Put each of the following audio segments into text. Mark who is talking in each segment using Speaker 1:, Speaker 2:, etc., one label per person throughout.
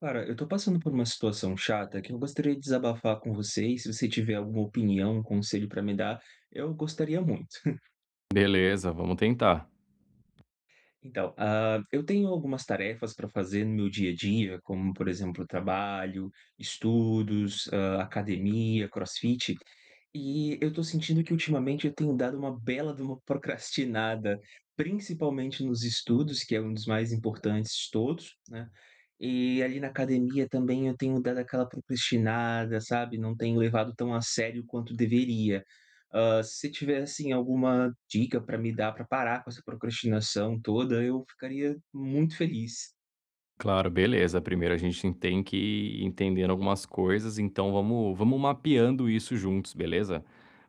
Speaker 1: Cara, eu tô passando por uma situação chata que eu gostaria de desabafar com você e se você tiver alguma opinião, um conselho pra me dar, eu gostaria muito.
Speaker 2: Beleza, vamos tentar.
Speaker 1: Eu tenho algumas tarefas para fazer no meu dia a dia, como, por exemplo, trabalho, estudos, academia, crossfit, e eu tô sentindo que ultimamente eu tenho dado uma bela de uma procrastinada, principalmente nos estudos, que é um dos mais importantes de todos, né? E ali na academia também eu tenho dado aquela procrastinada, sabe? Não tenho levado tão a sério quanto deveria. Se tiver, assim, alguma dica para me dar para parar com essa procrastinação toda, eu ficaria muito feliz.
Speaker 2: Claro, beleza. Primeiro a gente tem que ir entendendo algumas coisas, então vamos mapeando isso juntos, beleza?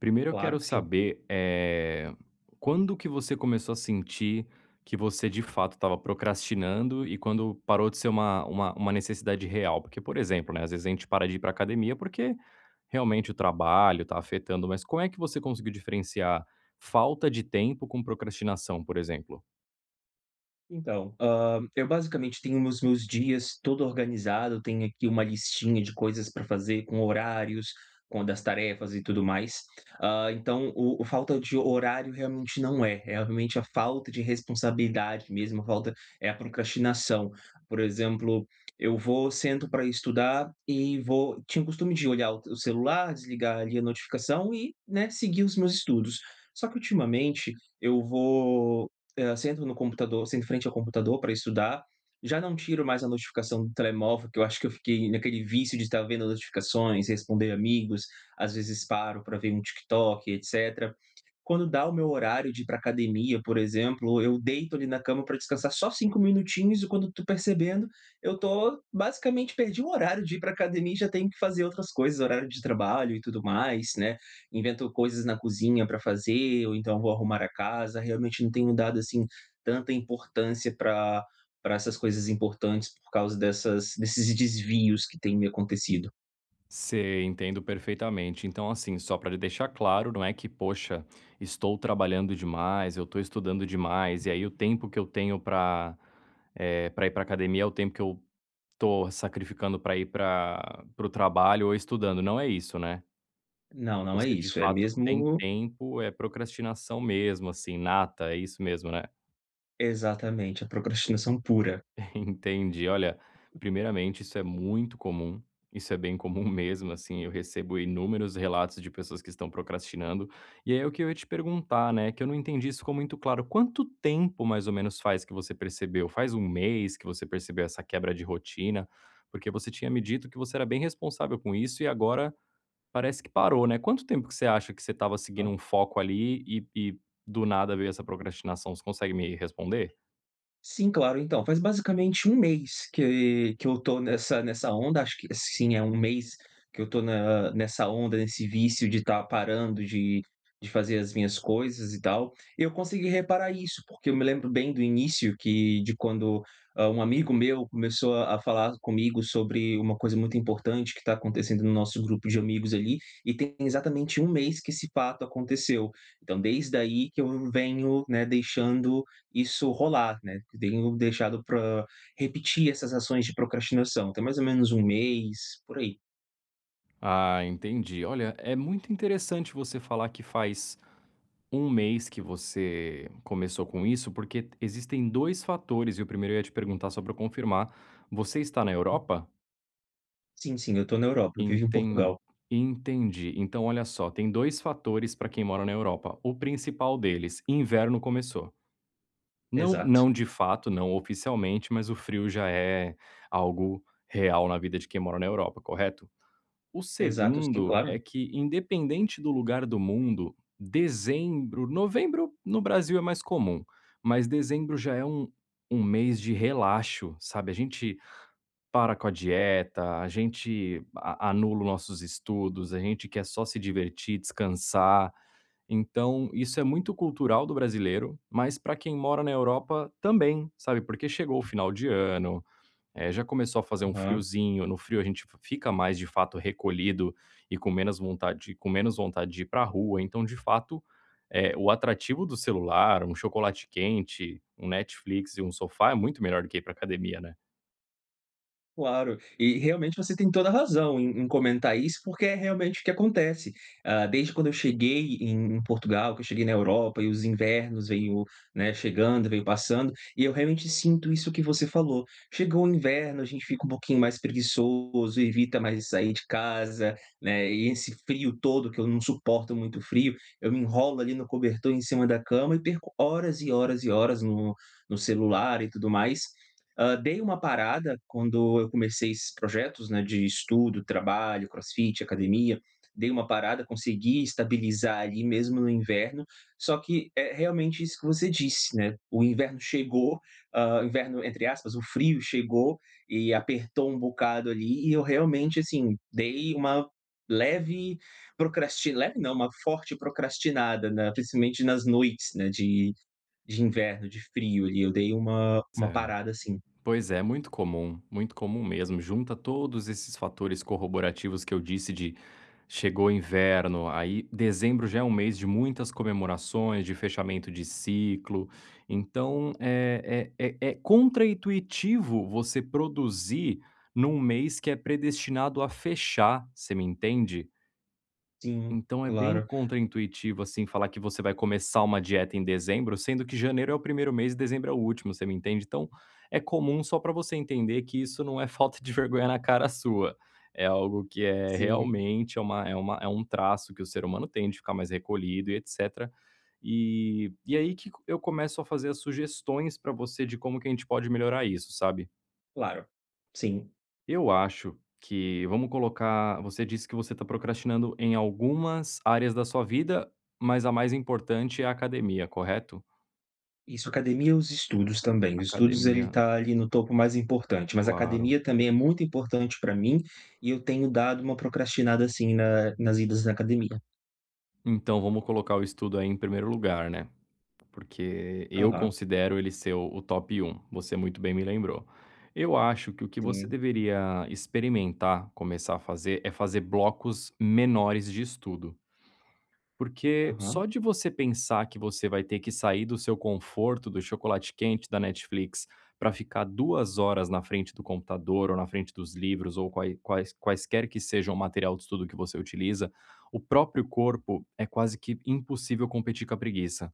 Speaker 2: Primeiro eu quero
Speaker 1: Claro que sim.
Speaker 2: saber, quando que você começou a sentir que você de fato estava procrastinando e quando parou de ser uma necessidade real? Porque, por exemplo, né, às vezes a gente para de ir para academia porque realmente o trabalho está afetando, mas como é que você conseguiu diferenciar falta de tempo com procrastinação, por exemplo?
Speaker 1: Então, eu basicamente tenho os meus dias todo organizado, tenho aqui uma listinha de coisas para fazer com horários, com das tarefas e tudo mais. Então o falta de horário realmente não é, é realmente a falta de responsabilidade mesmo, a falta é a procrastinação. Por exemplo, eu vou, sento para estudar e vou tinha o costume de olhar o celular, desligar ali a notificação e, né, seguir os meus estudos. Só que ultimamente eu vou sento no computador sento em frente ao computador para estudar, já não tiro mais a notificação do telemóvel, que eu acho que eu fiquei naquele vício de estar vendo notificações, responder amigos, às vezes paro para ver um TikTok, etcétera. Quando dá o meu horário de ir para academia, por exemplo, eu deito ali na cama para descansar só 5 minutinhos e quando eu tô percebendo, eu tô basicamente perdi o horário de ir para academia e já tenho que fazer outras coisas, horário de trabalho e tudo mais, né, invento coisas na cozinha para fazer, ou então vou arrumar a casa, realmente não tenho dado, assim, tanta importância para para essas coisas importantes por causa dessas desses desvios que têm me acontecido.
Speaker 2: Sei, entendo perfeitamente. Então, assim, só para deixar claro, não é que, poxa, estou trabalhando demais, eu estou estudando demais, e aí o tempo que eu tenho para para ir para academia é o tempo que eu estou sacrificando para ir para o trabalho ou estudando. Não é isso, né?
Speaker 1: Não, não é
Speaker 2: Você de
Speaker 1: isso, é
Speaker 2: fato tem
Speaker 1: mesmo
Speaker 2: tempo, é procrastinação mesmo, assim, nata, é isso mesmo, né?
Speaker 1: exatamente, a procrastinação pura.
Speaker 2: Entendi. Olha, primeiramente, isso é muito comum, isso é bem comum mesmo, assim, eu recebo inúmeros relatos de pessoas que estão procrastinando. E aí o que eu ia te perguntar, né, que eu não entendi isso ficou muito claro, quanto tempo mais ou menos faz que você percebeu? Faz um mês que você percebeu essa quebra de rotina? Porque você tinha me dito que você era bem responsável com isso e agora parece que parou, né. Quanto tempo que você acha que você estava seguindo um foco ali e do nada veio essa procrastinação? Você consegue me responder?
Speaker 1: Sim, claro. Então, faz basicamente um mês que eu tô nessa onda, acho que sim, é um mês que eu tô na nessa onda, nesse vício de estar parando de fazer as minhas coisas e tal. Eu consegui reparar isso, porque eu me lembro bem do início que de quando, um amigo meu começou a falar comigo sobre uma coisa muito importante que está acontecendo no nosso grupo de amigos ali, e tem exatamente um mês que esse fato aconteceu. Então desde aí que eu venho, né, deixando, isso rolar, né, que tenho deixado para repetir essas ações de procrastinação, tem mais ou menos um mês, por aí.
Speaker 2: Ah, entendi. Olha, é muito interessante você falar que faz um mês que você começou com isso, porque existem dois fatores, e o primeiro eu ia te perguntar só para confirmar. Você está na Europa?
Speaker 1: Sim, sim, eu tô na Europa, eu vivo em
Speaker 2: Entendi.
Speaker 1: Portugal.
Speaker 2: Entendi. Então, olha só, tem dois fatores para quem mora na Europa. O principal deles, inverno começou. Não,
Speaker 1: Exato.
Speaker 2: não de fato, não oficialmente, mas o frio já é algo real na vida de quem mora na Europa, correto? O
Speaker 1: Exato, sim,
Speaker 2: segundo
Speaker 1: claro.
Speaker 2: é que, independente do lugar do mundo, dezembro, novembro no Brasil é mais comum, mas dezembro já é um, um mês de relaxo, sabe? A gente para com a dieta, a gente anula os nossos estudos, a gente quer só se divertir, descansar. Então, isso é muito cultural do brasileiro, mas para quem mora na Europa também, sabe? Porque chegou o final de ano, é, já começou a fazer um
Speaker 1: Aham.
Speaker 2: friozinho, no frio a gente fica mais, de fato, recolhido e com menos vontade de ir pra rua, então, de fato, o atrativo do celular, um chocolate quente, um Netflix e um sofá é muito melhor do que ir pra academia, né.
Speaker 1: Claro, e realmente você tem toda a razão em comentar isso, porque é realmente o que acontece. Ah, desde quando eu cheguei em Portugal, que eu cheguei na Europa e os invernos veio, né, chegando, veio passando, e eu realmente sinto isso que você falou. Chegou o inverno, a gente fica um pouquinho mais preguiçoso, evita mais sair de casa, né, e esse frio todo, que eu não suporto muito frio, eu me enrolo ali no cobertor em cima da cama e perco horas e horas e horas no celular e tudo mais. Dei uma parada quando eu comecei esses projetos, né, de estudo, trabalho, crossfit, academia, dei uma parada, consegui estabilizar ali mesmo no inverno, só que é realmente isso que você disse, né, o inverno chegou, o inverno entre aspas, o frio chegou e apertou um bocado ali e eu realmente, assim, dei uma leve procrasti leve não, uma forte procrastinada na principalmente nas noites, né, de inverno, de frio ali, eu dei uma parada, assim.
Speaker 2: Pois é, muito comum mesmo. Junta todos esses fatores corroborativos que eu disse de chegou inverno, aí dezembro já é um mês de muitas comemorações, de fechamento de ciclo. Então é contraintuitivo você produzir num mês que é predestinado a fechar, você me entende?
Speaker 1: Sim,
Speaker 2: Então é bem
Speaker 1: claro.
Speaker 2: contraintuitivo, assim, falar que você vai começar uma dieta em dezembro, sendo que janeiro é o primeiro mês e dezembro é o último, você me entende? Então é comum só para você entender que isso não é falta de vergonha na cara sua. É algo que é
Speaker 1: Sim,
Speaker 2: realmente é um traço que o ser humano tem de ficar mais recolhido e etc. E aí que eu começo a fazer as sugestões para você de como que a gente pode melhorar isso, sabe?
Speaker 1: claro. Sim.
Speaker 2: Eu acho que vamos colocar você disse que você está procrastinando em algumas áreas da sua vida, mas a mais importante é a academia, correto?
Speaker 1: Isso, academia e os estudos também. Os estudos ele
Speaker 2: Academia,
Speaker 1: tá ali no topo mais importante, mas a
Speaker 2: claro.
Speaker 1: academia também é muito importante para mim e eu tenho dado uma procrastinada, assim, na nas idas na academia.
Speaker 2: Então vamos colocar o estudo aí em primeiro lugar, né, porque eu
Speaker 1: Aham,
Speaker 2: considero ele ser o top um. Você muito bem me lembrou. Eu acho que o que você
Speaker 1: sim.
Speaker 2: deveria experimentar, começar a fazer, é fazer blocos menores de estudo. Porque
Speaker 1: Aham,
Speaker 2: só de você pensar que você vai ter que sair do seu conforto, do chocolate quente da Netflix, para ficar 2 horas na frente do computador ou na frente dos livros ou quaisquer que sejam o material de estudo que você utiliza, o próprio corpo é quase que impossível competir com a preguiça.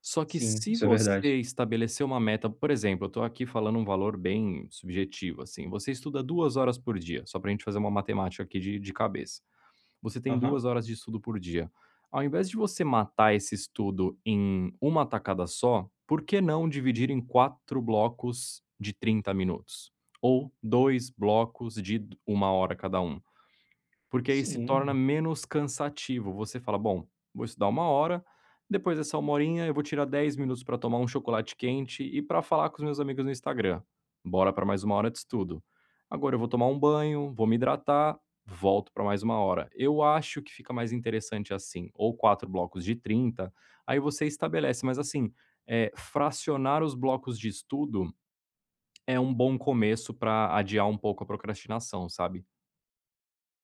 Speaker 2: Só que
Speaker 1: sim,
Speaker 2: se
Speaker 1: isso é verdade.
Speaker 2: você estabelecer uma meta por exemplo, eu estou aqui falando um valor bem subjetivo, assim, você estuda 2 horas por dia, só para a gente fazer uma matemática aqui de cabeça. Você tem
Speaker 1: Aham,
Speaker 2: 2 horas de estudo por dia. Ao invés de você matar esse estudo em uma tacada só, por que não dividir em 4 blocos de 30 minutos? Ou 2 blocos de uma hora cada um? Porque aí se torna
Speaker 1: sim.
Speaker 2: menos cansativo. Você fala: "Bom, vou estudar uma hora, depois dessa 1 horinha eu vou tirar 10 minutos para tomar um chocolate quente e para falar com os meus amigos no Instagram. Bora para mais uma hora de estudo. Agora eu vou tomar um banho, vou me hidratar, volto para mais uma hora". Eu acho que fica mais interessante assim, ou 4 blocos de 30. Aí você estabelece, mas assim, fracionar os blocos de estudo é um bom começo para adiar um pouco a procrastinação, sabe?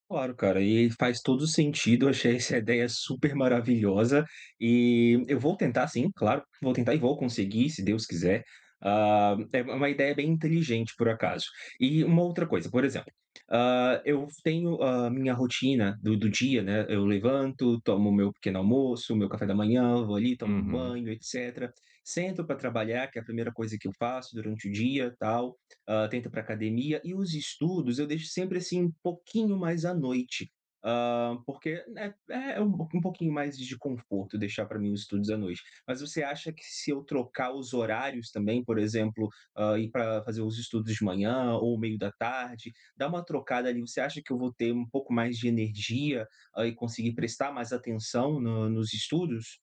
Speaker 1: Claro, cara, e faz todo sentido. Eu achei essa ideia super maravilhosa e eu vou tentar, sim, claro, vou tentar e vou conseguir, se Deus quiser. Ah, é uma ideia bem inteligente, por acaso. E uma outra coisa, por exemplo, eu tenho a minha rotina do, do dia, né? Eu levanto, tomo meu pequeno almoço, meu café da manhã, vou ali, tomo um
Speaker 2: Uhum.
Speaker 1: banho, etc. Sento para trabalhar, que é a primeira coisa que eu faço durante o dia, tal, tenta para academia. E os estudos eu deixo sempre, assim, um pouquinho mais à noite, porque, né, é um um pouquinho mais de conforto deixar para mim os estudos à noite. Mas você acha que se eu trocar os horários também, por exemplo, ir para fazer os estudos de manhã ou meio da tarde, dar uma trocada ali, você acha que eu vou ter um pouco mais de energia, e conseguir prestar mais atenção no nos estudos?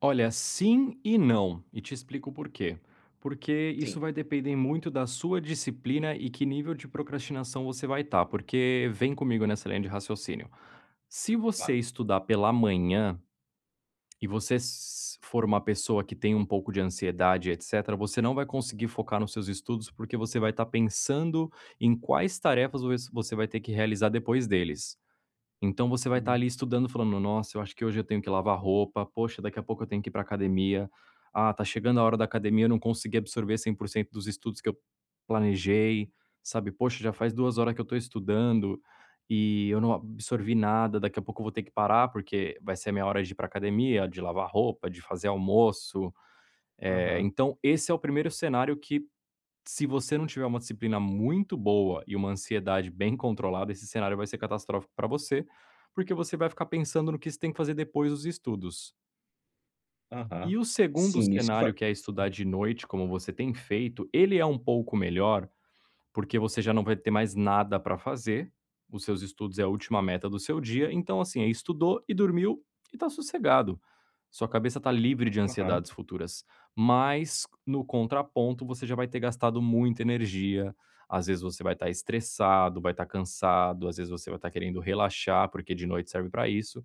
Speaker 2: Olha, sim e não, e te explico por quê. Porque isso
Speaker 1: Sim,
Speaker 2: vai depender muito da sua disciplina e que nível de procrastinação você vai estar, porque vem comigo nessa linha de raciocínio. Se você
Speaker 1: claro.
Speaker 2: estudar pela manhã e você for uma pessoa que tem um pouco de ansiedade, etc., você não vai conseguir focar nos seus estudos porque você vai estar pensando em quais tarefas você vai ter que realizar depois deles. Então você vai estar
Speaker 1: Sim.
Speaker 2: ali estudando, falando: "Nossa, eu acho que hoje eu tenho que lavar roupa. Poxa, daqui a pouco eu tenho que ir para academia. Ah, tá chegando a hora da academia, eu não consegui absorver 100% dos estudos que eu planejei", sabe. "Poxa, já faz 2 horas que eu estou estudando e eu não absorvi nada. Daqui a pouco eu vou ter que parar, porque vai ser a minha hora de ir para academia, de lavar roupa, de fazer almoço". Eh,
Speaker 1: Aham,
Speaker 2: então esse é o primeiro cenário que se você não tiver uma disciplina muito boa e uma ansiedade bem controlada, esse cenário vai ser catastrófico para você, porque você vai ficar pensando no que você tem que fazer depois dos estudos.
Speaker 1: aham.
Speaker 2: E o segundo
Speaker 1: Sim, isso
Speaker 2: cenário,
Speaker 1: fa
Speaker 2: que é estudar de noite, como você tem feito, ele é um pouco melhor, porque você já não vai ter mais nada para fazer, os seus estudos é a última meta do seu dia, então, assim, aí estudou e dormiu e tá sossegado. Sua cabeça tá livre de
Speaker 1: aham.
Speaker 2: ansiedades futuras, mas no contraponto você já vai ter gastado muita energia, às vezes você vai estar estressado, vai estar cansado, às vezes você vai estar querendo relaxar, porque de noite serve para isso.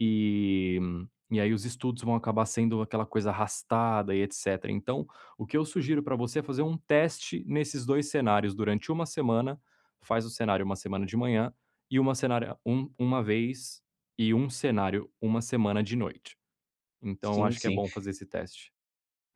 Speaker 2: E e aí os estudos vão acabar sendo aquela coisa arrastada e etcétera. Então, o que eu sugiro para você é fazer um teste nesses 2 cenários durante uma semana, faz o cenário uma semana de manhã e uma cenário um uma vez e um cenário uma semana de noite. Então eu
Speaker 1: Sim,
Speaker 2: acho que é
Speaker 1: sim.
Speaker 2: bom fazer esse teste.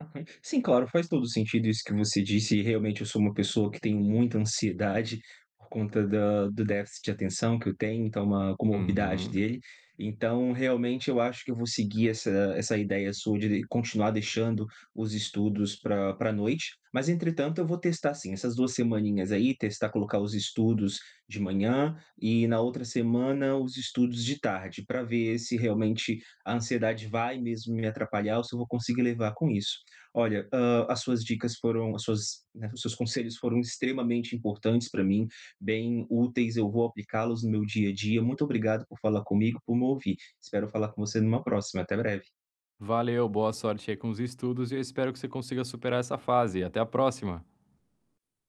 Speaker 1: Aham. Sim, claro, faz todo sentido isso que você disse, e realmente eu sou uma pessoa que tenho muita ansiedade por conta da do déficit de atenção que eu tenho, então é uma comorbidade
Speaker 2: Uhum.
Speaker 1: dele. Então, realmente eu acho que eu vou seguir essa essa ideia sua de continuar deixando os estudos para pra noite, mas entretanto eu vou testar sim, essas 2 semaninhas aí, testar colocar os estudos de manhã e na outra semana os estudos de tarde, para ver se realmente a ansiedade vai mesmo me atrapalhar ou se eu vou conseguir levar com isso. Olha, as suas dicas foram as suas, né, os seus conselhos foram extremamente importantes para mim, bem úteis, eu vou aplicá-los no meu dia a dia. Muito obrigado por falar comigo, por me ouvir. Espero falar com você numa próxima. Até breve.
Speaker 2: Valeu, boa sorte aí com os estudos e eu espero que você consiga superar essa fase. Até a próxima.